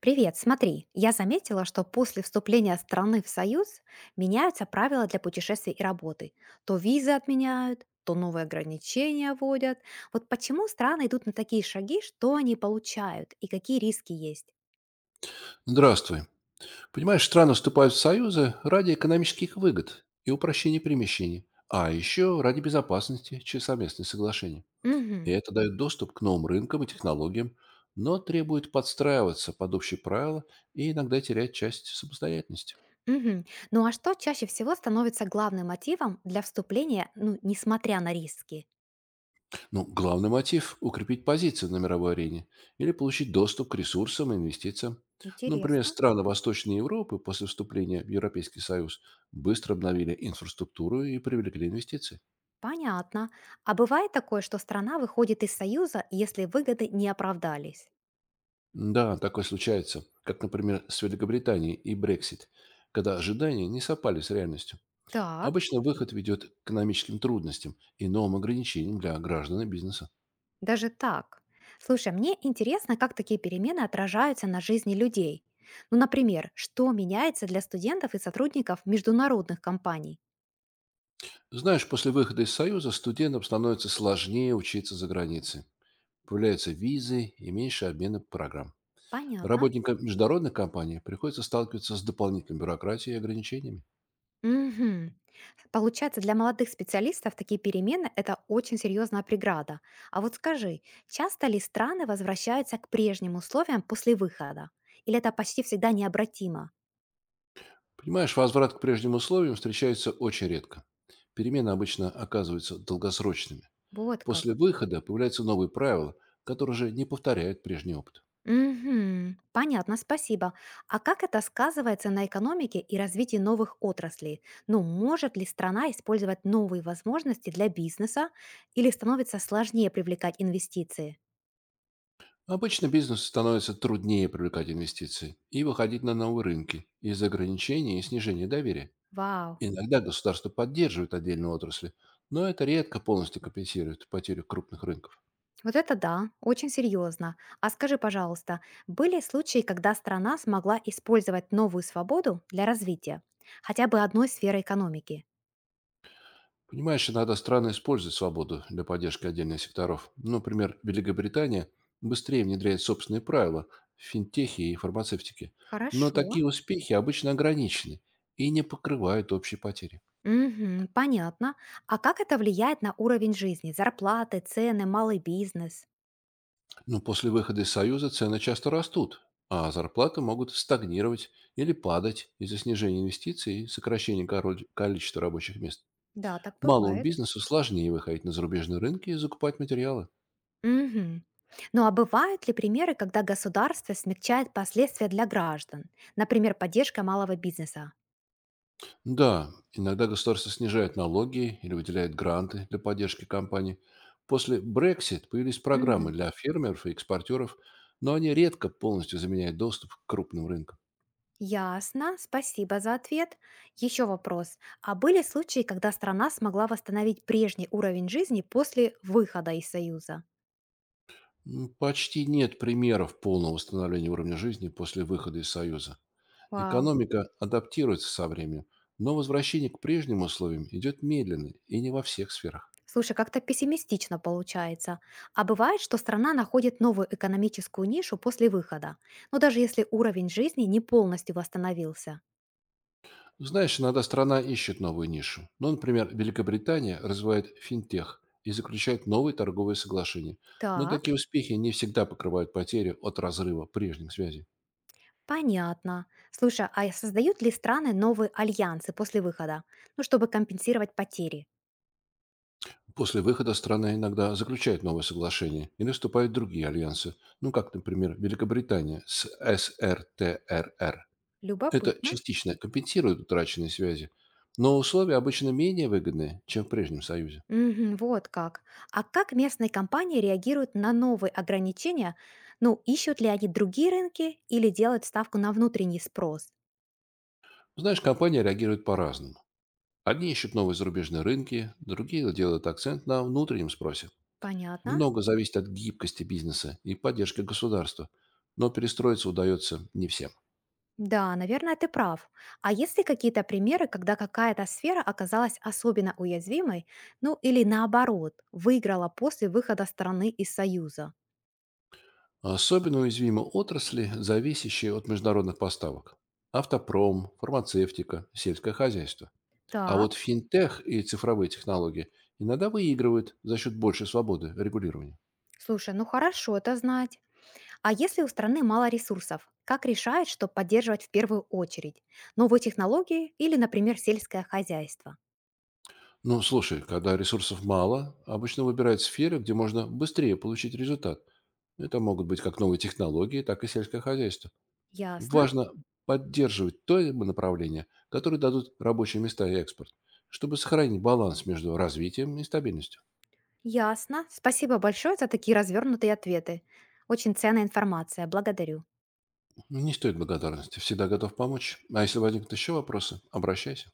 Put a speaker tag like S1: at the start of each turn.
S1: Привет, смотри, я заметила, что после вступления страны в Союз меняются правила для путешествий и работы. То визы отменяют, то новые ограничения вводят. Вот почему страны идут на такие шаги, что они получают и какие риски есть?
S2: Здравствуй. Понимаешь, страны вступают в союзы ради экономических выгод и упрощения перемещений, а еще ради безопасности через совместные соглашения. И
S1: Мгм,
S2: это дает доступ к новым рынкам и технологиям, но требует подстраиваться под общие правила и иногда терять часть самостоятельности.
S1: мгм. Ну а что чаще всего становится главным мотивом для вступления, ну, несмотря на риски?
S2: Ну, главный мотив – укрепить позиции на мировой арене или получить доступ к ресурсам и инвестициям. Например,
S1: Интересно.
S2: страны Восточной Европы после вступления в Европейский Союз быстро обновили инфраструктуру и привлекли инвестиции.
S1: Понятно. А бывает такое, что страна выходит из Союза, если выгоды не оправдались?
S2: Да, такое случается, как, например, с Великобританией и Брексит, когда ожидания не совпали с реальностью.
S1: Так.
S2: Обычно выход ведет к экономическим трудностям и новым ограничениям для граждан и бизнеса.
S1: Даже так. Слушай, а мне интересно, как такие перемены отражаются на жизни людей. Ну, например, что меняется для студентов и сотрудников международных компаний?
S2: Знаешь, после выхода из Союза студентам становится сложнее учиться за границей. Появляются визы и меньше обмена программ.
S1: Понятно.
S2: Работникам международных компаний приходится сталкиваться с дополнительной бюрократией и ограничениями.
S1: Мгм. Получается, для молодых специалистов такие перемены — это очень серьезная преграда. А вот скажи, часто ли страны возвращаются к прежним условиям после выхода? Или это почти всегда необратимо?
S2: Понимаешь, возврат к прежним условиям встречается очень редко. Перемены обычно оказываются долгосрочными.
S1: Вот
S2: После
S1: как.
S2: выхода появляются новые правила, которые же не повторяют прежний опыт.
S1: Мгм. Понятно, спасибо. А как это сказывается на экономике и развитии новых отраслей? Ну, может ли страна использовать новые возможности для бизнеса или становится сложнее привлекать инвестиции?
S2: Обычно бизнесу становится труднее привлекать инвестиции и выходить на новые рынки из-за ограничений и снижения доверия.
S1: Вау.
S2: Иногда государство поддерживает отдельные отрасли, но это редко полностью компенсирует потерю крупных рынков.
S1: Вот это да, очень серьезно. А скажи, пожалуйста, были случаи, когда страна смогла использовать новую свободу для развития хотя бы одной сферы экономики?
S2: Понимаешь, иногда страны используют свободу для поддержки отдельных секторов. Например, Великобритания быстрее внедряет собственные правила в финтехе и фармацевтике. Но
S1: Хорошо.
S2: такие успехи обычно ограничены и не покрывают общие потери.
S1: Мгм. Понятно. А как это влияет на уровень жизни? Зарплаты, цены, малый бизнес?
S2: Но после выхода из Союза цены часто растут, а зарплаты могут стагнировать или падать из-за снижения инвестиций и сокращения количества рабочих мест.
S1: Да, так
S2: Малому
S1: бывает.
S2: бизнесу сложнее выходить на зарубежные рынки и закупать материалы.
S1: Мгм. Ну а бывают ли примеры, когда государство смягчает последствия для граждан? Например, поддержка малого бизнеса?
S2: Да, иногда государство снижает налоги или выделяет гранты для поддержки компаний. После Brexit появились программы
S1: Мгм.
S2: для фермеров и экспортеров, но они редко полностью заменяют доступ к крупным рынкам.
S1: Ясно, спасибо за ответ. Еще вопрос. А были случаи, когда страна смогла восстановить прежний уровень жизни после выхода из Союза?
S2: Почти нет примеров полного восстановления уровня жизни после выхода из Союза.
S1: Вау.
S2: Экономика адаптируется со временем, но возвращение к прежним условиям идет медленно и не во всех сферах.
S1: Слушай, как-то пессимистично получается. А бывает, что страна находит новую экономическую нишу после выхода, но даже если уровень жизни не полностью восстановился.
S2: Знаешь, иногда страна ищет новую нишу. Ну, например, Великобритания развивает финтех и заключает новые торговые соглашения. Но
S1: Так,
S2: такие успехи не всегда покрывают потери от разрыва прежних связей.
S1: понятно. Слушай, а создают ли страны новые альянсы после выхода, ну, чтобы компенсировать потери?
S2: После выхода страна иногда заключает новые соглашения или вступают в другие альянсы. Ну, как, например, Великобритания с СРТРР. Это
S1: Любопытно.
S2: частично компенсирует утраченные связи, но условия обычно менее выгодные, чем в прежнем союзе.
S1: Мгм, вот как. А как местные компании реагируют на новые ограничения? Ну, ищут ли они другие рынки или делают ставку на внутренний спрос?
S2: Знаешь, компания реагирует по-разному. Одни ищут новые зарубежные рынки, другие делают акцент на внутреннем спросе.
S1: Понятно.
S2: Много зависит от гибкости бизнеса и поддержки государства, но перестроиться удается не всем.
S1: Да, наверное, ты прав. А есть ли какие-то примеры, когда какая-то сфера оказалась особенно уязвимой, ну или наоборот, выиграла после выхода страны из Союза?
S2: Особенно уязвимы отрасли, зависящие от международных поставок. Автопром, фармацевтика, сельское хозяйство. А вот
S1: Так.
S2: финтех и цифровые технологии иногда выигрывают за счет большей свободы регулирования.
S1: Слушай, ну хорошо это знать. А если у страны мало ресурсов, как решает, что поддерживать в первую очередь? Новые технологии или, например, сельское хозяйство?
S2: Ну, слушай, когда ресурсов мало, обычно выбирают сферы, где можно быстрее получить результат. Это могут быть как новые технологии, так и сельское хозяйство.
S1: Ясно,
S2: Важно поддерживать то либо направление, которые дадут рабочие места и экспорт, чтобы сохранить баланс между развитием и стабильностью.
S1: ясно. Спасибо большое за такие развернутые ответы. Очень ценная информация. Благодарю.
S2: Не стоит благодарности, всегда готов помочь. А если возникнут еще вопросы, обращайся.